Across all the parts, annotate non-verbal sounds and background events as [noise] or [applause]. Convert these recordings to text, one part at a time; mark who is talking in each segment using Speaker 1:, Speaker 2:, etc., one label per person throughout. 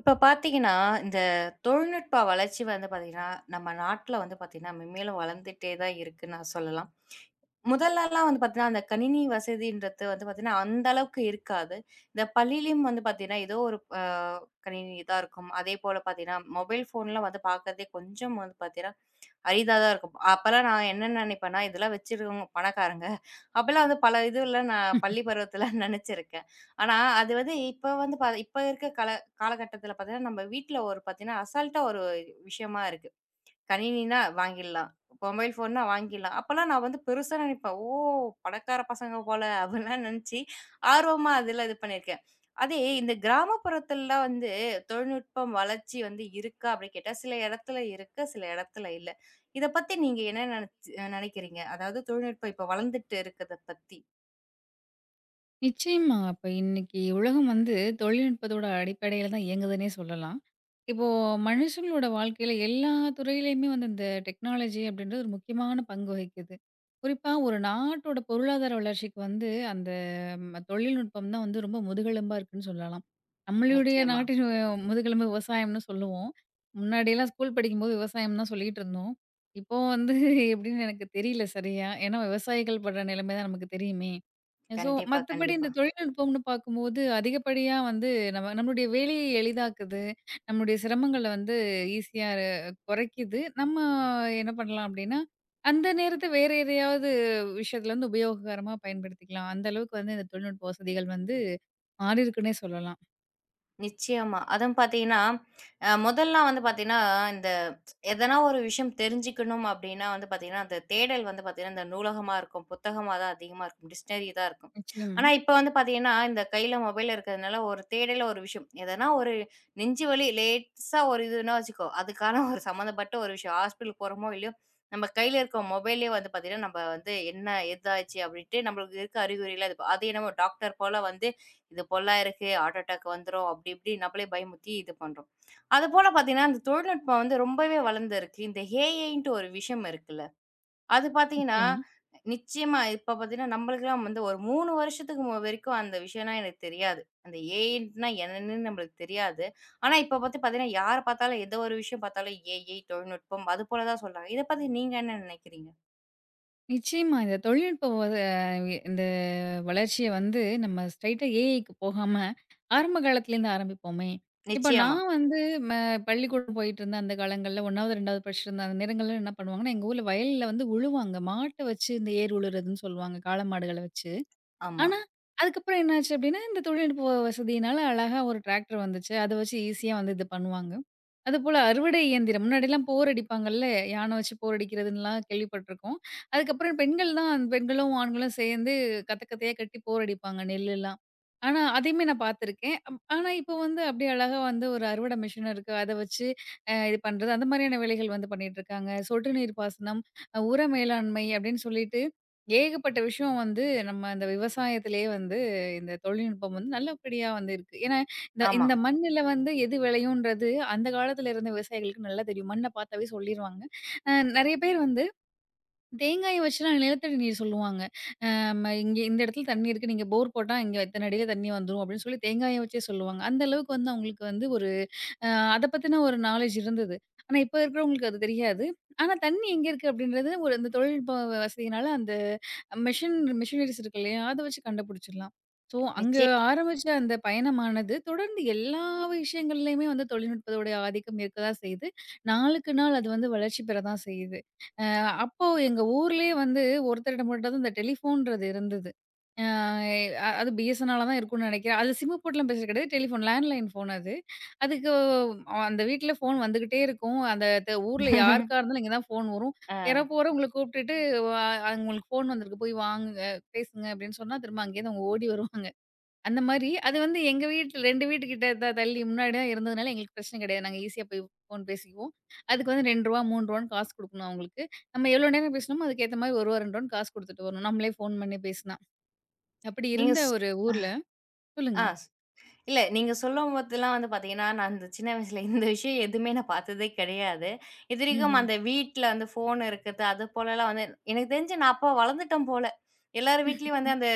Speaker 1: இப்ப பார்த்தீங்கன்னா, இந்த தொழில்நுட்ப வளர்ச்சி வந்து பார்த்தீங்கன்னா, நம்ம நாட்ல வந்து பார்த்தீங்கன்னா, மென்மேலும் வளர்ந்துட்டே தான் இருக்குன்னு நான் சொல்லலாம். முதல்லலாம் வந்து பார்த்தீங்கன்னா, அந்த கணினி வசதின்றது வந்து பார்த்தீங்கன்னா, அந்த அளவுக்கு இருக்காது. இந்த பள்ளியிலயும் வந்து பார்த்தீங்கன்னா, ஏதோ ஒரு கணினி தான் இருக்கும். அதேபோல பார்த்தீங்கன்னா, மொபைல் ஃபோன்லாம் வந்து பார்க்கறதே கொஞ்சம் வந்து பார்த்தீங்கன்னா, அரிதா தான் இருக்கும். அப்பலாம் நான் என்ன நினைப்பேன்னா, இதெல்லாம் வச்சிருக்கவங்க பணக்காரங்க. அப்பலாம் வந்து பல இதுலாம் நான் பள்ளி பருவத்தில நினைச்சிருக்கேன். ஆனா, [laughs] அது வந்து இப்ப வந்து இப்ப இருக்க காலகட்டத்தில பார்த்தீங்கன்னா, நம்ம வீட்ல ஒரு பார்த்தீங்கன்னா, அசால்ட்டா ஒரு விஷயமா இருக்கு. கணினின்னா வாங்கிடலாம். மொபைல் ஃபோன்னா வாங்கிடலாம். அப்பலாம் நான் வந்து பெருசா நினைப்பேன். ஓ! பணக்கார பசங்க போல அப்படிலாம் நினைச்சு, ஆர்வமா அதுல இது பண்ணியிருக்கேன். அதே இந்த கிராமப்புறத்துலலாம் வந்து தொழில்நுட்பம் வளர்ச்சி வந்து இருக்கா அப்படின்னு கேட்டா, சில இடத்துல இருக்கு, சில இடத்துல இல்ல. இத பத்தி நீங்க என்ன நினைக்கிறீங்க? அதாவது தொழில்நுட்பம் இப்ப வளர்ந்துட்டு இருக்கத பத்தி.
Speaker 2: நிச்சயமா. அப்ப இன்னைக்கு உலகம் வந்து தொழில்நுட்பத்தோட அடிப்படையில தான் இயங்குதுன்னே சொல்லலாம். இப்போ மனுஷங்களோட வாழ்க்கையில எல்லா துறையிலயுமே வந்து இந்த டெக்னாலஜி அப்படின்றது ஒரு முக்கியமான பங்கு வகிக்குது. குறிப்பா ஒரு நாட்டோட பொருளாதார வளர்ச்சிக்கு வந்து அந்த தொழில்நுட்பம் தான் வந்து ரொம்ப முதுகெலும்பா இருக்குன்னு சொல்லலாம். நம்மளுடைய
Speaker 1: நிச்சயமா.
Speaker 2: நாட்டின் முதுகெலும்பு விவசாயம்னு சொல்லுவோம். முன்னாடிலாம் ஸ்கூல் படிக்கும்போது விவசாயம் தான் சொல்லிட்டு இருந்தோம். இப்போ வந்து [laughs] எப்படின்னு எனக்கு தெரியல சரியா. ஏன்னா விவசாயிகள் படுற நிலைமை தான் நமக்கு தெரியுமே! சோ,
Speaker 1: கண்டிப்பா,
Speaker 2: மத்தபடி இந்த
Speaker 1: கண்டிப்பா.
Speaker 2: தொழில்நுட்பம்னு பார்க்கும்போது, அதிகப்படியா வந்து நம்மளுடைய வேலையை எளிதாக்குது. நம்முடைய சிரமங்கள வந்து ஈஸியா குறைக்குது. நம்ம என்ன பண்ணலாம் அப்டின்னா, அந்த நேரத்த வேற எதையாவது விஷயத்துல வந்து உபயோககரமா பயன்படுத்திக்கலாம். அந்த அளவுக்கு வந்து இந்த தொழில்நுட்ப வசதிகள் வந்து மாறியிருக்குன்னே சொல்லலாம்.
Speaker 1: நிச்சயமா. அதுவும் பார்த்தீங்கன்னா, முதல்லாம் வந்து பார்த்தீங்கன்னா, இந்த எதனா ஒரு விஷயம் தெரிஞ்சுக்கணும் அப்டின்னா வந்து பார்த்தீங்கன்னா, அந்த தேடல் வந்து பார்த்தீங்கன்னா, இந்த நூலகமா இருக்கும், புத்தகமா தான் அதிகமா இருக்கும், டிக்ஷனரி தான் இருக்கும்.
Speaker 2: நிச்சயமா,
Speaker 1: ஆனா இப்ப வந்து பார்த்தீங்கன்னா, இந்த கையில மொபைல் இருக்கிறதுனால ஒரு தேடல ஒரு விஷயம், எதனா ஒரு நெஞ்சு வலி லேசா ஒரு இதுன்னா வச்சுக்கோ, அதுக்கான ஒரு சம்மந்தப்பட்ட ஒரு விஷயம், ஹாஸ்பிட்டல் போறோமோ இல்லையோ, நம்ம கையில இருக்க மொபைல்லயே வந்து பார்த்தீங்கன்னா, நம்ம வந்து என்ன ஏதாச்சு அப்டின்ட்டு நம்மளுக்கு இருக்க அறிகுறிலாம் இது அது என்னமோ டாக்டர் போல வந்து இது பொல்லா இருக்கு, ஹார்ட் அட்டாக் வந்துரும். அப்படி இப்படி நம்மளே பயமுறுத்தி இது பண்றோம். அதுபோல பார்த்தீங்கன்னா, இந்த தொழில்நுட்பம் வந்து ரொம்பவே வளர்ந்திருக்கு. இந்த ஏஐன்ட்டு ஒரு விஷயம் இருக்குல்ல, அது பார்த்தீங்கன்னா,
Speaker 2: நிச்சயமா.
Speaker 1: நிச்சயமா இப்ப பார்த்தீங்கன்னா, நம்மளுக்கெல்லாம் வந்து ஒரு 3 வருஷத்துக்கு வரைக்கும் அந்த விஷயம்னா எனக்கு தெரியாது. அந்த ஏஐன்ட்டுனா என்னன்னு நம்மளுக்கு தெரியாது. ஆனா இப்ப பத்தி பார்த்தீங்கன்னா, யார பார்த்தாலும் எந்த ஒரு விஷயம் பார்த்தாலும் ஏஐ, தொழில்நுட்பம் அது போல தான் சொல்றாங்க. இத பத்தி நீங்க என்ன நினைக்கிறீங்க?
Speaker 2: நிச்சயமா. இந்த தொழில்நுட்ப வ இந்த வளர்ச்சிய வந்து நம்ம ஸ்ட்ரெயிட்டா ஏஐக்கு போகாம, ஆரம்ப காலத்துலேருந்து ஆரம்பிப்போமே! இப்ப
Speaker 1: நிச்சயமா.
Speaker 2: நான் வந்து ம பள்ளிக்கூடம் போயிட்டுருந்த அந்த காலங்கள்ல 1வது, 2வது படிச்சிட்டுருந்த அந்த நேரங்கள்ல என்ன பண்ணுவாங்கன்னா, எங்க ஊர்ல வயல்ல வந்து உழுவாங்க. மாட்ட வச்சு இந்த ஏர் உழுறதுன்னு சொல்லுவாங்க. காளை மாடுகள வச்சு.
Speaker 1: ஆமா,
Speaker 2: ஆனா, அதுக்கப்புறம் என்னாச்சு அப்டின்னா, இந்த தொழில்நுட்ப வசதியினால அழகா ஒரு டிராக்டர் வந்துச்சு. அத வச்சு ஈஸியா வந்து இது பண்ணுவாங்க. அதுபோல அறுவடை இயந்திரம் முன்னாடிலாம் போர் அடிப்பாங்கல்ல, யானை வச்சு போர் அடிக்கிறதுன்லாம் கேள்விப்பட்டுருக்கோம். அதுக்கப்புறம் பெண்கள் தான் அந்த பெண்களும், ஆண்களும் சேர்ந்து கத்த கத்தையா கட்டி போர் அடிப்பாங்க நெல்லுலாம். ஆனா, அதையுமே நான் பார்த்துருக்கேன். ஆனா, இப்போ வந்து அப்டியே அழகா வந்து ஒரு அறுவடை மிஷின் இருக்கு. அத வச்சு இது பண்றது, அந்த மாரியான வேலைகள் வந்து பண்ணிட்டுருக்காங்க. சொட்டு நீர் பாசனம், உர மேலாண்மை அப்டின்னு சொல்லிட்டு ஏகப்பட்ட விஷயம் வந்து நம்ம இந்த விவசாயத்திலேயே வந்து இந்த தொழில்நுட்பம் வந்து நல்லபடியா வந்து இருக்கு. ஏன்னா, இந்த
Speaker 1: ஆமா.
Speaker 2: இந்த மண்ணுல வந்து எது விளையுன்றது அந்த காலத்துல இருந்த விவசாயிகளுக்கு நல்லா தெரியும். மண்ண பார்த்தாவே சொல்லிருவாங்க. அ நெறைய பேர் வந்து தேங்காய வச்சுலாம் நிலத்தடி நீர் சொல்லுவாங்க. நம்ம இங்க இந்த இடத்துல தண்ணி இருக்கு. நீங்க போர் போட்டா இங்க இத்தன அடியில தண்ணி வந்துரும் அப்படின்னு சொல்லி தேங்காய வச்சே சொல்லுவாங்க. அந்த அளவுக்கு வந்து அவங்களுக்கு வந்து ஒரு அ அத பத்தின ஒரு நாலேட்ஜ் இருந்தது. ஆனா இப்ப இருக்கிறவங்களுக்கு அது தெரியாது. ஆனா தண்ணி எங்க இருக்கு அப்படின்றது ஒரு இந்த தொழில்நுட்ப வசதியினால அந்த மெஷின் மிஷினரிஸ் இருக்கு இல்லையா? அத வச்சு கண்டுபிடிச்சிடலாம். ஸோ அங்க
Speaker 1: நிச்சய
Speaker 2: ஆரம்பிச்ச அந்த பயணமானது தொடர்ந்து எல்லா விஷயங்கள்லயுமே வந்து தொழில்நுட்பத்தோடைய ஆதிக்கம் இருக்க தான் செய்யுது. நாளுக்கு நாள் அது வந்து வளர்ச்சி பெற தான் செய்யுது. அ அப்போ எங்க ஊர்லயே வந்து ஒருத்தரிடம் மட்டும் தான் இந்த டெலிஃபோன்றது இருந்தது. அ அது BSNLஆ தான் இருக்கும்னு நினைக்கிறேன். அது சிம்மு போட்டுலாம் பேசுறது கிடையாது. டெலிஃபோன் லேண்ட்லைன் ஃபோன் அது. அதுக்கு அந்த வீட்ல ஃபோன் வந்துகிட்டே இருக்கும். அந்த ஊர்ல யாருக்கா
Speaker 1: [laughs]
Speaker 2: இருந்தாலும் இங்க தான் ஃபோன் வரும்.
Speaker 1: ஆ.
Speaker 2: யாரோ போறவங்கள கூப்பிட்டுட்டு "வா உங்களுக்கு ஃபோன் வந்திருக்கு. போய் வாங்குங்க, பேசுங்க" அப்படின்னு சொன்னா, திரும்ப அங்கேருந்து அவங்க ஓடி வருவாங்க. அந்த மாரி அது வந்து எங்க வீட்ல 2 வீட்டு கிட்ட தள்ளி முன்னாடி தான் இருந்ததுனால எங்களுக்கு பிரச்சனை கிடையாது. நாங்க ஈஸியா போய் ஃபோன் பேசிக்குவோம். அதுக்கு வந்து ரூ. 2 ரூ. 3ன்னு காசு குடுக்கணும் அவங்களுக்கு. நம்ம எவ்வளோ நேரம் பேசணுமோ அதுக்கேத்த மாரி ரூ. 1 ரூ. 2 காசு குடுத்துட்டு வரணும். நம்மளே ஃபோன் பண்ணி பேசினா. அப்படி
Speaker 1: நீங்க
Speaker 2: இருந்த
Speaker 1: சொ
Speaker 2: ஒரு ஊர்ல சொல்லுங்க.
Speaker 1: ஆ. இல்ல, நீங்க சொல்லும்போதெல்லாம் வந்து பார்த்தீங்கன்னா, அந்த சின்ன வயசுல இந்த விஷயம் எதுவுமே நான் பார்த்ததே கிடையாது. இதுவரைக்கும்
Speaker 2: ம்ஹ்ம்.
Speaker 1: அந்த வீட்ல அந்த ஃபோன் இருக்கிறது, அது போலலாம் வந்து எனக்கு தெரிஞ்சு நான் அப்ப வளர்ந்துட்டேன் போல. எல்லார் வீட்லயும் வந்து அந்த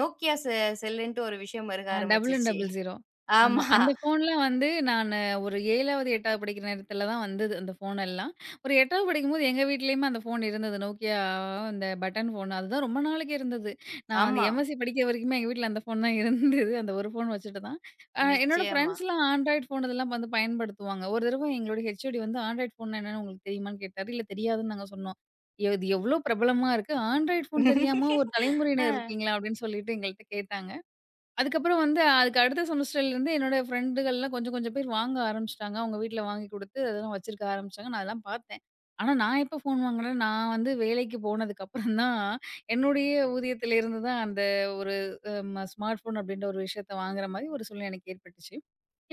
Speaker 1: Nokia செல்லுன்ட்டு ஒரு விஷயம் இருக்க
Speaker 2: ஆ
Speaker 1: ஆரம்பிச்சுச்சு.
Speaker 2: 0000. ஆமா.
Speaker 1: ஆமா,
Speaker 2: அந்த ஃபோன்லாம் வந்து நானு ஒரு 7வது, 8வது படிக்கிற நேரத்துல தான் வந்தது அந்த ஃபோன் எல்லாம். ஒரு 8வது படிக்கும்போது எங்க வீட்லயுமே அந்த ஃபோன் இருந்தது. Nokia அந்த பட்டன் ஃபோன். அதுதான் ரொம்ப நாளைக்கு இருந்தது. நான் வந்து
Speaker 1: ஆமா.
Speaker 2: எம்எஸ்சி படிக்கிற வரைக்குமே எங்க வீட்ல அந்த ஃபோன் தான் இருந்தது. அந்த ஒரு ஃபோன் வச்சுட்டு தான். என்னோட
Speaker 1: நிச்சயமா.
Speaker 2: ஃப்ரெண்ட்ஸ்லாம் ஆண்ட்ராய்ட் ஃபோன் இதெல்லாம் வந்து பயன்படுத்துவாங்க. ஒரு தடவ எங்களோட ஹெச்ஓடி வந்து ஆண்ட்ராய்ட் ஃபோன்னா என்னன்னு உங்களுக்கு தெரியுமான்னு கேட்டாரு. இல்ல தெரியாதுன்னு நாங்க சொன்னோம். "ஐயோ, இது எவ்ளோ பிரபலமா இருக்கு. ஆண்ட்ராய்ட் ஃபோன் தெரியாம ஒரு
Speaker 1: [laughs]
Speaker 2: தலைமுறையினர்
Speaker 1: அ,
Speaker 2: இருக்கீங்களா?" அப்படின்னு சொல்லிட்டு எங்கள்ட்ட கேட்டாங்க. அதுக்கப்புறம் வந்து அதுக்கு அடுத்த செமஸ்டர்லேருந்து என்னோட ஃப்ரெண்டுகள்லாம் கொஞ்சம் கொஞ்சம் பேர் வாங்க ஆரம்பிச்சுட்டாங்க. அவங்க வீட்ல வாங்கி குடுத்து அதெல்லாம் வச்சிருக்க ஆரம்பிச்சாங்க. நான் அதெல்லாம் பார்த்தேன். ஆனா நான் எப்ப ஃபோன் வாங்குனேன், நான் வந்து வேலைக்கு போனதுக்கப்புறம் தான் என்னுடைய ஊதியத்திலேருந்து தான் அந்த ஒரு ஸ்மார்ட் ஃபோன் அப்படின்ற ஒரு விஷயத்த வாங்குற மாரி ஒரு சூழ்நிலை எனக்கு ஏற்பட்டுச்சு.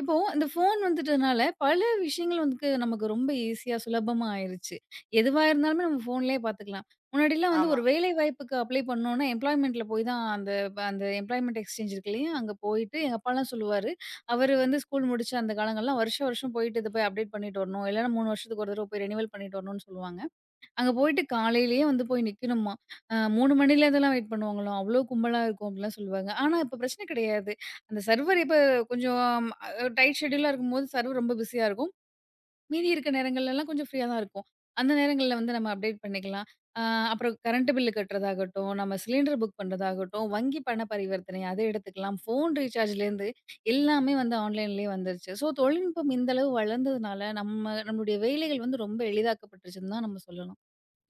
Speaker 2: இப்போ இந்த ஃபோன் வந்துட்டனால பல விஷயங்கள் வந்து நமக்கு ரொம்ப ஈஸியா, சுலபமா ஆயிருச்சு. எதுவா இருந்தாலுமே நம்ம ஃபோன்லயே பார்த்துக்கலாம். முன்னாடிலாம் வந்து ஒரு
Speaker 1: ஆமா.
Speaker 2: வேலை வாய்ப்புக்கு அப்ளை பண்ணோம்னா எம்ப்ளாய்மென்ட்ல போய் தான் அந்த இப்ப அந்த எம்ப்ளாய்மென்ட் எக்ஸ்சேஞ்ச் இருக்கு இல்லையா? அங்க போயிட்டு எங்க அப்பாலாம் சொல்லுவாரு. அவரு வந்து ஸ்கூல் முடிச்ச அந்த காலங்கள்லாம் வருஷம் வருஷம் போயிட்டு இத போய் அப்டேட் பண்ணிட்டு வரணும். இல்லன்னா 3 வருஷத்துக்கு ஒரு தடவ போய் ரெனிவல் பண்ணிட்டு வரணும்னு சொல்லுவாங்க. அங்க போயிட்டு காலையிலேயே வந்து போய் நிக்கணுமா. 3 மணிலேருந்துலாம் வெயிட் பண்ணுவாங்களாம். அவ்ளோ கும்பலா இருக்கும் அப்டிலாம் சொல்லுவாங்க. ஆனா இப்ப பிரச்சன கிடையாது. அந்த சர்வர் இப்ப கொஞ்சம் டைட் ஷெட்யூலா இருக்கும்போது சர்வர் ரொம்ப பிஸியா இருக்கும். மீதி இருக்க நேரங்கள்லலாம் கொஞ்சம் ஃப்ரீயா தான் இருக்கும். அந்த நேரங்கள்ல வந்து நம்ம அப்டேட் பண்ணிக்கலாம். அ அப்புறம் கரண்ட் பில் கட்டுறதாகட்டும், நம்ம சிலிண்டர் புக் பண்றதாகட்டும், வங்கி பண பரிவர்த்தனை அத எடுத்துக்கலாம். ஃபோன் ரீசார்ஜ்லேருந்து எல்லாமே வந்து ஆன்லைன்லேயே வந்துருச்சு. ஸோ தொழில்நுட்பம் இந்த அளவு வளர்ந்ததுனால, நம்மளுடைய வேலைகள் வந்து ரொம்ப எளிதாக்கப்பட்டுருச்சுன்னு தான் நம்ம சொல்லலாம்.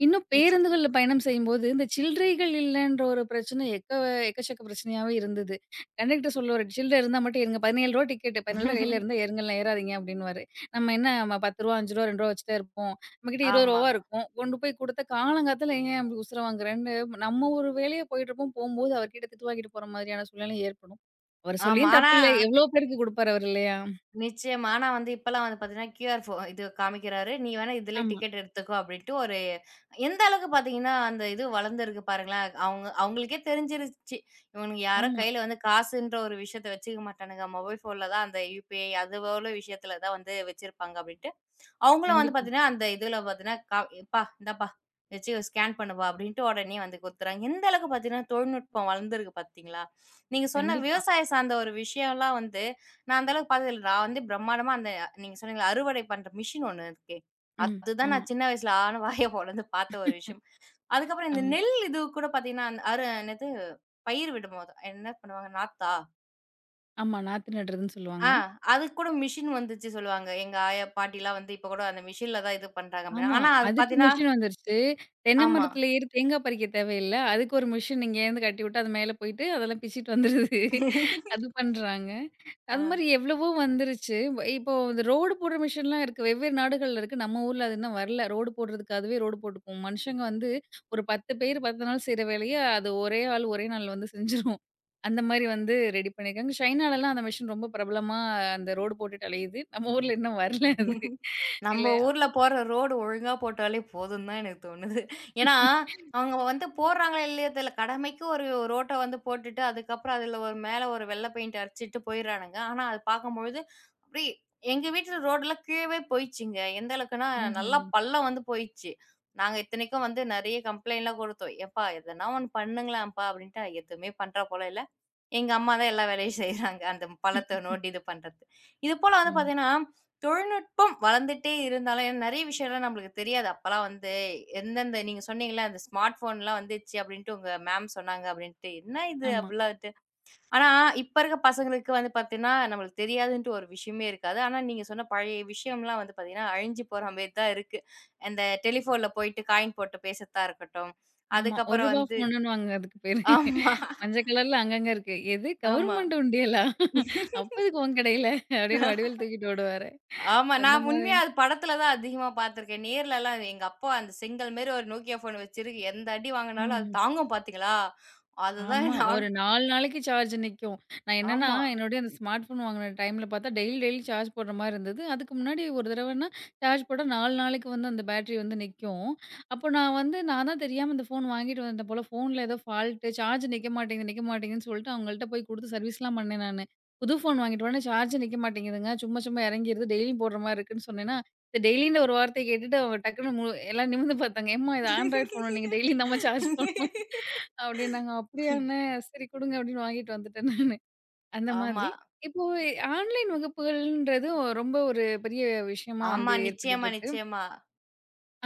Speaker 2: இன்னும்
Speaker 1: நிச்
Speaker 2: பேருந்துகள்ல பயணம் செய்யும்போது, இந்த சில்லறைகள் இல்லன்ற ஒரு பிரச்சனை எக்கச்சக்க பிரச்சனையாவே இருந்தது. கண்டக்டர் சொல்லுவாரு, "சில்லறை இருந்தா மட்டும் ஏறுங்க. ₹17 டிக்கெட்டு. ₹17 கையில இருந்தா
Speaker 1: [laughs]
Speaker 2: ஏறுங்கள்லாம் ஏறாதீங்க" அப்டின்னுவாரு. நம்ம என்ன ₹10, ₹5, ₹2 வச்சுட்டா இருப்போம். நம்மகிட்ட
Speaker 1: ஆமா,
Speaker 2: ₹20 இருக்கும். கொண்டு போய் குடுத்தா காலங்காத்தால ஏன் அப்டி உசுர வாங்குறேன்னு, நம்ம ஒரு வேலையா போயிட்டுருப்போம். போம்போது அவர்கிட்ட திட்டு வாங்கிட்டு போற மாதிரியான சூழ்நிலை ஏற்படும். அவரு
Speaker 1: ஆமா.
Speaker 2: சொல்லியும் தப்பில்ல. எவ்ளோ பேருக்கு குடுப்பாரு அவரு இல்லையா?
Speaker 1: நிச்சயமா. ஆனா வந்து இப்பலாம் வந்து பார்த்தீங்கன்னா, கியூஆர் இது காமிக்கிறாரு. நீ வேணா இதுலயே
Speaker 2: ஆமா,
Speaker 1: டிக்கெட் எடுத்துக்கோ அப்டின்ட்டு ஒரு எந்த அளவுக்கு பார்த்தீங்கன்னா, அந்த இது வளர்ந்திருக்கு பாருங்களேன். அவங்க அவங்களுக்கே தெரிஞ்சிருச்சு. இவனுங்க யாரும்
Speaker 2: ஆமா.
Speaker 1: கையில வந்து காசுன்ற ஒரு விஷயத்த வச்சுக்க மாட்டானுங்க. மொபைல் ஃபோன்ல தான் அந்த யுபிஐ அது போல விஷயத்துல தான் வந்து வச்சிருப்பாங்க அப்டின்ட்டு, அவங்களும் வந்து
Speaker 2: கண்டிப்பா,
Speaker 1: பார்த்தீங்கன்னா, அந்த இதுல பார்த்தீங்கன்னா, "எப்பா இந்தாப்பா வச்சு ஸ்கேன் பண்ணுப்பா" அப்படின்ட்டு உடனே வந்து குடுத்துறாங்க. எந்த அளவுக்கு பார்த்தீங்கன்னா, தொழில்நுட்பம் வளர்ந்திருக்கு பார்த்தீங்களா? நீங்க சொன்ன
Speaker 2: கண்டிப்பா.
Speaker 1: விவசாயம் சார்ந்த ஒரு விஷயம்லாம் வந்து, நான் அந்த அளவுக்கு பார்த்ததில்ல. நான் வந்து பிரம்மாண்டமா அந்த நீங்க சொன்னீங்கல்ல அறுவடை பண்ற மிஷின் ஒண்ணு இருக்கே,
Speaker 2: ம்.
Speaker 1: அதுதான்
Speaker 2: ஆமா,
Speaker 1: நான் சின்ன வயசுல ஆன வாய பொளந்து பார்த்த ஒரு விஷயம். அதுக்கப்புறம் இந்த
Speaker 2: ஆமா,
Speaker 1: நெல் இது கூட பார்த்தீங்கன்னா, அந் அரு என்னது பயிர் விடும்போது என்ன பண்ணுவாங்க? நாத்தா?
Speaker 2: ஆமா. நாத்து நடுறதுன்னு சொல்லுவாங்க.
Speaker 1: ஆ. அதுக்கு கூட மிஷின் வந்துச்சு சொல்லுவாங்க. எங்க ஆயா, பாட்டிலாம் வந்து இப்ப கூட அந்த மிஷின்ல தான் இது பண்றாங்க அப்டின்னா.
Speaker 2: ஆமா.
Speaker 1: ஆனா அது
Speaker 2: அதுக்கு
Speaker 1: பார்த்தீங்கன்னா
Speaker 2: மிஷின் வந்துருச்சு. தென்னை
Speaker 1: ஆமா.
Speaker 2: மரத்துல ஏறி தேங்கா பறிக்க தேவையில்ல. அதுக்கு ஒரு மிஷின் இங்கேருந்து கட்டிவுட்டு, அது மேல போயிட்டு அதெல்லாம் பிச்சிட்டு வந்துருது. அது
Speaker 1: [laughs]
Speaker 2: பண்றாங்க. அது
Speaker 1: ஆ.
Speaker 2: மாரி எவ்வளவோ வந்துருச்சு. இப்போ இந்த ரோடு போடுற மிஷின்லாம் இருக்கு. வெவ்வேறு நாடுகள்ல இருக்கு. நம்ம ஊர்ல அது இன்னும் வரல. ரோடு போடுறதுக்கு அதுவே ரோடு போட்டுக்கும். மனுஷங்க வந்து ஒரு 10 பேர் 10 நாள் செய்ற வேலைய, அது ஒரே ஆள் ஒரே நாள்ல வந்து செஞ்சுரும். அந்த மாரி வந்து ரெடி பண்ணியிருக்காங்க. சைனாலலாம் அந்த மிஷின் ரொம்ப பிரபலமா அந்த ரோடு போட்டுட்டு அலையுது. நம்ம ஊர்ல இன்னும் வரல அது.
Speaker 1: நம்ம
Speaker 2: இல்லையா?
Speaker 1: ஊர்ல போற ரோடு ஒழுங்கா போட்டாலே போதும்னு தான் எனக்கு தோணுது. ஏன்னா, அவங்க வந்து போடுறாங்களோ இல்லையோ தெரியல. கடமைக்கு ஒரு ரோட்ட வந்து போட்டுட்டு, அதுக்கப்புறம் அதுல ஒரு மேல ஒரு வெள்ள பெயிண்ட் அடிச்சுட்டு போயிறானுங்க. ஆனா, அது பார்க்கும்பொழுது அப்டி எங்க வீட்ல ரோடுலாம் கீழவே போயிடுச்சுங்க. எந்த அளவுக்குன்னா, நல்லா
Speaker 2: ம்ஹ்ம்.
Speaker 1: பள்ளம் வந்து போயிடுச்சு. நாங்க இத்தனைக்கும் வந்து நெறைய கம்ப்ளைண்ட்லாம் குடுத்தோம். "ஏப்பா எதனா ஒண்ணு பண்ணுங்களேன்ப்பா" அப்டின்ட்டு எதுவுமே பண்றா போல இல்ல. எங்க அம்மா தான் எல்லா வேலையும் செய்றாங்க. அந்த பழத்த நோண்டி இது பண்றது. இது போல வந்து
Speaker 2: ஆமா,
Speaker 1: பார்த்தீங்கன்னா, தொழில்நுட்பம் வளர்ந்துட்டே இருந்தாலும் ஏன்னா நெறைய விஷயம்லாம் நம்மளுக்கு தெரியாது. அப்பலாம் வந்து எந்தெந்த நீங்க சொன்னீங்கல்ல, அந்த ஸ்மார்ட் ஃபோன்லாம் வந்துச்சு அப்டின்ட்டு உங்க மேம் சொன்னாங்க அப்டின்ட்டு. என்ன இது
Speaker 2: ஆமா,
Speaker 1: அப்டிலான்ட்டு. ஆனா, இப்ப இருக்க பசங்களுக்கு வந்து பார்த்தீங்கன்னா, நம்மளுக்கு தெரியாதுன்ட்டு ஒரு விஷயமே இருக்காது. ஆனா, நீங்க சொன்ன பழைய விஷயம்லாம் வந்து பார்த்தீங்கன்னா, அழிஞ்சு போற மாரி தான் இருக்கு. அந்த டெலிஃபோன்ல போயிட்டு காயின் போட்டு பேசுறதா இருக்கட்டும்.
Speaker 2: ஆமா. ரூ.
Speaker 1: அதுக்கப்புறம்
Speaker 2: 1
Speaker 1: வந்து
Speaker 2: ஃபோனுன்னுவாங்க அதுக்கு பேரு.
Speaker 1: ஆமா,
Speaker 2: மஞ்ச கலர்ல அங்கங்க இருக்கு. "எது
Speaker 1: ஆமா.
Speaker 2: கவர்மெண்ட் உண்டியலா? அப்போதுக்கு உன் கடையில" அப்படின்னு வடிவேல் தூக்கிட்டு ஓடுவாரு.
Speaker 1: ஆமா.
Speaker 2: அந்த
Speaker 1: நான்
Speaker 2: மாரி.
Speaker 1: உண்மையா அது படத்துல தான் அதிகமா பார்த்துருக்கேன். நேர்லலாம் எங்க அப்பா அந்த செங்கல் மாரி ஒரு Nokia ஃபோன் வச்சிருக்கு. எந்த அடி வாங்குனாலும் அது
Speaker 2: ம்.
Speaker 1: தாங்கும் பார்த்தீங்களா? அதுதான்
Speaker 2: ஆமா. ஒரு
Speaker 1: நானும்
Speaker 2: 4 நாளைக்கு சார்ஜ் நிக்கும். நான் என்னன்னா,
Speaker 1: ஆமா.
Speaker 2: என்னுடைய அந்த ஸ்மார்ட் ஃபோன் வாங்குன டைம்ல பார்த்தா, டெய்லி டெய்லி சார்ஜ் போடுற மாரி இருந்தது. அதுக்கு முன்னாடி ஒரு தடவன்னா, சார்ஜ் போட்டா 4 நாளைக்கு வந்து அந்த பேட்டரி வந்து நிக்கும். அப்போ நான் தான் தெரியாம இந்த ஃபோன் வாங்கிட்டு வந்தேன் போல. ஃபோன்ல ஏதோ ஃபால்ட்டு சார்ஜ் நிக்க மாட்டேங்குது, நிக்க மாட்டேங்குதுன்னு சொல்லிட்டு அவங்கள்ட்ட போய் குடுத்து சர்வீஸ்லாம் பண்ணேன் நானு. புது ஃபோன் வாங்கிட்டு வரேன் சார்ஜ் நிக்க மாட்டேங்குதுங்க. சும்மா சும்மா இறங்கிருது. டெய்லியும் போடுற மாரி இருக்குன்னு சொன்னேன்னா, இந்த டெய்லின்ற ஒரு வார்த்தைய கேட்டுட்டு அவங்க டக்குனு எல்லாம் நிமிர்ந்து பார்த்தாங்க. ஏம்மா இது ஆண்ட்ராய்டு ஃபோனா நீங்க டெய்லியும் தாம்மா சார்ஜ் போடணும். அப்படின்னாங்க. "அப்படியாண்ணே! சரி குடுங்க" அப்படின்னு வாங்கிட்டு வந்துட்டேன் நானு. அந்த
Speaker 1: ஆமா.
Speaker 2: மாதிரி. இப்போ ஆன்லைன் வகுப்புகள்ன்றது ரொம்ப ஒரு பெரிய விஷயமா
Speaker 1: ஆமா.
Speaker 2: வந்து ஏற்பட்டுட்டு
Speaker 1: நிச்சயமா,
Speaker 2: இருக்கு.
Speaker 1: நிச்சயமா.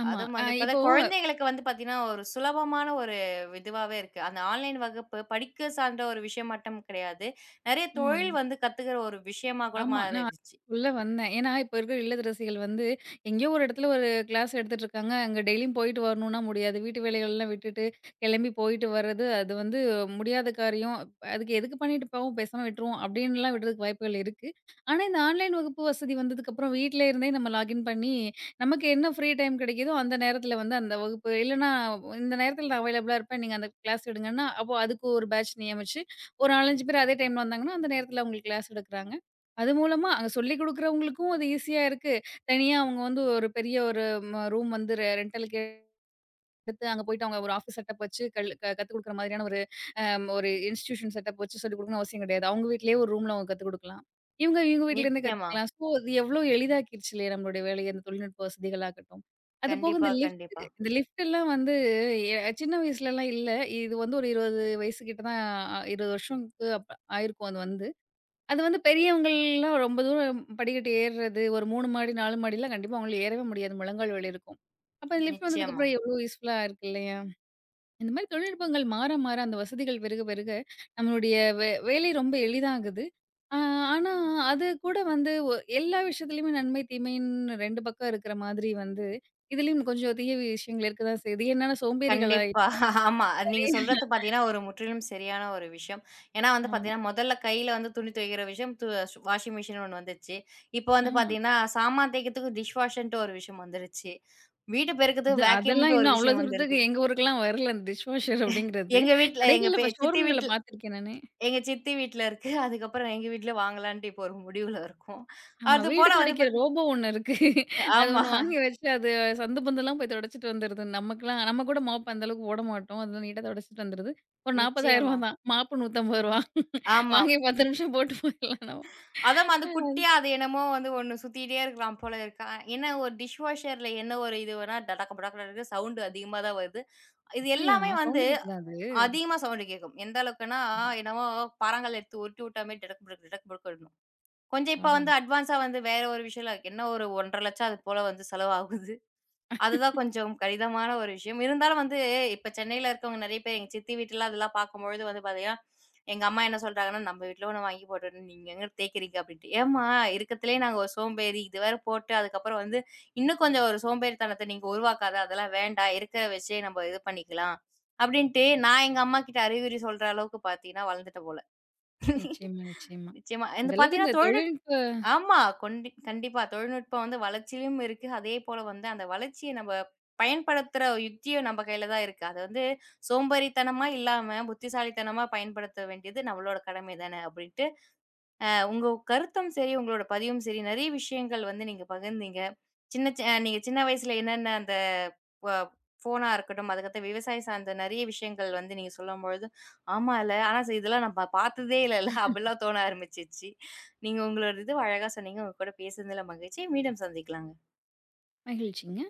Speaker 2: ஆமா.
Speaker 1: அதுவும் வந்து இப்ப
Speaker 2: இப்போ
Speaker 1: தான் குழந்தைங்களுக்கு வந்து பார்த்தீங்கன்னா, ஒரு சுலபமான ஒரு இதுவாவே இருக்கு. அந்த ஆன்லைன் வகுப்பு படிக்க சார்ந்த ஒரு விஷயம் மட்டும் கிடையாது. நெறைய தொழில்
Speaker 2: ம்.
Speaker 1: வந்து கத்துக்கிற ஒரு விஷயமா கூட
Speaker 2: ஆமா. நான் அதுதான்
Speaker 1: மாறிடுச்சு.
Speaker 2: சொல்ல வந்தேன். ஏன்னா, இப்ப இருக்கிற இல்லத்தரசிகள் வந்து, எங்கேயோ ஒரு இடத்துல ஒரு கிளாஸ் எடுத்துட்டுருக்காங்க. அங்க டெய்லியும் போயிட்டு வரணும்னா முடியாது. வீட்டு வேலைகள்லாம் விட்டுட்டு, கிளம்பி போயிட்டு வர்றது, அது வந்து முடியாத காரியம். அதுக்கு எதுக்கு பண்ணிட்டு போவோம், பேசாம விட்டுருவோம் அப்படின்லாம் விடுறதுக்கு வாய்ப்புகள் இருக்கு. ஆனா, இந்த ஆன்லைன் வகுப்பு வசதி வந்ததுக்கப்புறம் வீட்ல இருந்தே நம்ம லாகின் பண்ணி, நமக்கு என்ன ஃப்ரீ டைம் கிடைக்குதோ அந்த நேரத்துல வந்து அந்த வகுப்பு இல்லன்னா, இந்த நேரத்துல நான் அவைலபிளா இருப்பேன். நீங்க அந்த கிளாஸ் எடுங்கன்னா, அப்போ அதுக்கு ஒரு பேட்ச் நியமிச்சு, ஒரு 4, 5 பேர் அதே டைம்ல வந்தாங்கன்னா, அந்த நேரத்துல அவங்களுக்கு கிளாஸ் எடுக்குறாங்க. அது மூலமா அங்க சொல்லிக் குடுக்குறவங்களுக்கும் அது ஈஸியா இருக்கு. தனியா அவங்க வந்து ஒரு பெரிய ஒரு ரூம் வந்து ரென்டலுக்கு எடுத்து அங்க போயிட்டு அவங்க ஒரு ஆஃபீஸ் செட்டப் வச்சு கல் க கத்துக் குடுக்குற மாதிரியான ஒரு ஒரு இன்ஸ்டிடியூஷன் செட்டப் வச்சு சொல்லிக் குடுக்கணும்னு அவசியம் கிடையாது. அவங்க வீட்லயே ஒரு ரூம்ல அவங்க கத்துக் குடுக்கலாம். இவங்க இவங்க வீட்லேருந்தே
Speaker 1: நிச்சயமா.
Speaker 2: கத்துக்கலாம். ஸோ அது எவ்ளோ எளிதாக்கிருச்சு இல்லையா நம்மளுடைய வேலைய அந்த தொழில்நுட்ப வசதிகளாகட்டும். அது போக இந்த
Speaker 1: கண்டிப்பா,
Speaker 2: லிஃப்ட்
Speaker 1: கண்டிப்பா.
Speaker 2: இந்த லிஃப்ட் எல்லாம் வந்து சின்ன வயசுலலாம் இல்ல. இது வந்து ஒரு 20 வயசு கிட்ட தான் 20 வருஷம்க்கு அப் ஆயிருக்கும் அது வந்து. அது வந்து பெரியவங்கள்லாம் ரொம்ப தூரம் படிக்கட்டு ஏறுறது, ஒரு 3 மாடி, 4 மாடிலாம் கண்டிப்பா அவங்களால ஏறவே முடியாது. முழங்கால் வலி இருக்கும். அப்ப இந்த லிஃப்ட்
Speaker 1: நிச்சயமா.
Speaker 2: வந்ததுக்கப்புறம் எவ்ளோ யூஸ்ஃபுல்லா இருக்கு இல்லையா? இந்த மாரி தொழில்நுட்பங்கள் மாற, மாற அந்த வசதிகள் பெருக, பெருக நம்மளுடைய வேலை ரொம்ப எளிதாகுது. ஆ ஆனா, அது கூட வந்து எல்லா விஷயத்துலயுமே நன்மை, தீமைன்னு 2 பக்கம் இருக்கிற மாதிரி வந்து, இதுலயும் கொஞ்சம் தீய விஷயங்கள் இருக்க தான் செய்யுது. ஏன்னா சோம்பேறிகள்
Speaker 1: கண்டிப்பா.
Speaker 2: ஆயிட்டோம்.
Speaker 1: ஆமா. அது நீங்க
Speaker 2: நெறைய
Speaker 1: சொல்றது பார்த்தீங்கன்னா, ஒரு முற்றிலும் சரியான ஒரு விஷயம். ஏன்னா வந்து
Speaker 2: ஆமா,
Speaker 1: பார்த்தீங்கன்னா, முதல்ல கையில வந்து துணி துவைக்கிற விஷயம் வாஷிங் மிஷின் ஒண்ணு வந்துருச்சு. இப்போ வந்து
Speaker 2: ஆமா.
Speaker 1: பார்த்தீங்கன்னா, சாமான் தேய்க்கிறதுக்கு டிஷ் வாஷர்ன்ட்டு ஒரு விஷயம் வந்துருச்சு. வீடு பெருக்கறதுக்கு
Speaker 2: அதெல்லாம்
Speaker 1: வேக்யூம்ன்ட்டு ஒரு
Speaker 2: இன்னும் அவ்வளோ
Speaker 1: விஷயம்
Speaker 2: தூரத்துக்கு
Speaker 1: வந்திருக்கு.
Speaker 2: எங்க ஊருக்கெல்லாம் வரல அந்த டிஷ் வாஷர் அப்படிங்கிறது.
Speaker 1: எங்க வீட்ல எங்க
Speaker 2: கடைகள்ல இப்ப
Speaker 1: சித்தி
Speaker 2: ஷோரூம்கள்ல
Speaker 1: வீட்ல
Speaker 2: பார்த்துருக்கேன் நானு.
Speaker 1: எங்க சித்தி வீட்ல இருக்கு. அதுக்கப்புறம் எங்க வீட்ல வாங்கலான்ட்டு இப்போ ஒரு முடிவுல இருக்கோம்.
Speaker 2: ஆமா வீடு
Speaker 1: அதுபோல வந்து
Speaker 2: துடைக்கிற ரோபோ ஒண்ணு இருக்கு. அது
Speaker 1: ஆமா.
Speaker 2: ஒண்ணு வாங்கி வச்சு அது சந்து பந்தெல்லாம் போய் துடைச்சிட்டு வந்துருது. நமக்கெல்லாம் நம்ம கூட மாப் அந்த அளவுக்கு போட மாட்டோம். அதெல்லாம் நீட்டா துடைச்சிட்டு வந்துருது. ஒரு ரூ.
Speaker 1: நிச்சயமா.
Speaker 2: 40,000 தான். மாப்பு ரூ. 150
Speaker 1: ஆமா.
Speaker 2: வாங்கி 10 நிமிஷம் போட்டு போயிடலாம் நம்ம.
Speaker 1: அதான் அந்த குட்டியா அது என்னமோ வந்து ஒண்ணு சுத்திட்டே இருக்கலாம் போல இருக்கான். என்ன ஒரு டிஷ் வாஷர்ல என்ன ஒரு இது வேணா டடக்க படக்க சவுண்ட் அதிகமா தான் வருது. இது
Speaker 2: அப்படியா?
Speaker 1: எல்லாமே வந்து
Speaker 2: சவுண்ட் கேட்குதா அது?
Speaker 1: அதிகமா சவுண்ட் கேட்கும். எந்த அளவுக்குன்னா, என்னமோ பாறாங்கல் எடுத்து உருட்டி விட்ட மாரி டடக் புடக் டடக் புடக்குன்னு. கொஞ்சம் இப்ப
Speaker 2: ஆஹா!
Speaker 1: வந்து அட்வான்ஸா வந்து வேற ஒரு விஷயம்லாம் இருக்கு. என்ன ஒரு 1,50,000 அது போல வந்து செலவாகுது. அதுதான் கொஞ்சம் கடினமான ஒரு விஷயம். இருந்தாலும் வந்து இப்ப சென்னையில இருக்கவங்க நெறைய பேர் எங்க சித்தி வீட்ல அதெல்லாம் பார்க்கும்பொழுது வந்து பார்த்தீங்கன்னா, எங்க அம்மா என்ன சொல்றாங்கன்னா, "நம்ம வீட்ல ஒண்ணு வாங்கி போட்டுட்டு நீங்க எங்க தேய்க்கிறீங்க?" அப்படின்ட்டு. "ஏம்மா இருக்கத்திலேயே நாங்க ஒரு சோம்பேறி. இது வேற போட்டு அதுக்கப்புறம் வந்து இன்னும் கொஞ்சம் ஒரு சோம்பேறித்தனத்த நீங்க உருவாக்காத. அதெல்லாம் வேண்டாம். இருக்கிறத வச்சே நம்ம இது பண்ணிக்கலாம்." அப்படின்ட்டு நான் எங்க அம்மாகிட்ட அறிவுரை சொல்ற அளவுக்கு பார்த்தீங்கன்னா, வளர்ந்துட்டேன் போல.
Speaker 2: நிச்சயமா, நிச்சயமா.
Speaker 1: நிச்சயமா இந்த
Speaker 2: அந்த அளவுக்கு இந்த
Speaker 1: பார்த்தீங்கன்னா தொழில்நுட்பம்
Speaker 2: தொழில்நுட்ப
Speaker 1: ஆமா. கண்டிப்பா. தொழில்நுட்பம் வந்து வளர்ச்சியிலும் இருக்கு. அதே போல வந்து அந்த வளர்ச்சிய நம்ம பயன்படுத்துற யுக்தியும் நம்ம கையில தான் இருக்கு. அத வந்து சோம்பேறித்தனமா இல்லாம, புத்திசாலித்தனமா பயன்படுத்த வேண்டியது நம்மளோட கடமை தானே! அப்பிடின்ட்டு உங்க கருத்தும் சரி, உங்களோட பதிவும் சரி, நெறைய விஷயங்கள் வந்து நீங்க பகிர்ந்தீங்க. சின்ன சி நீங்க சின்ன வயசுல என்னென்ன அந்த ப ஃபோனா இருக்கட்டும், அதுக்கடுத்து விவசாயம் சார்ந்த நெறைய விஷயங்கள் வந்து நீங்க சொல்லும்பொழுது, ஆமால்ல, ஆனா இதெல்லாம் நம்ம பார்த்ததே இல்லல்ல, அப்படிலாம் தோண ஆரம்பிச்சுச்சு. நீங்க உங்களோட இது அழகா சொன்னீங்க. உங்க கூட பேசுனதுல மகிழ்ச்சி. மீண்டும் சந்திக்கலாம்.
Speaker 2: மகிழ்ச்சிங்க.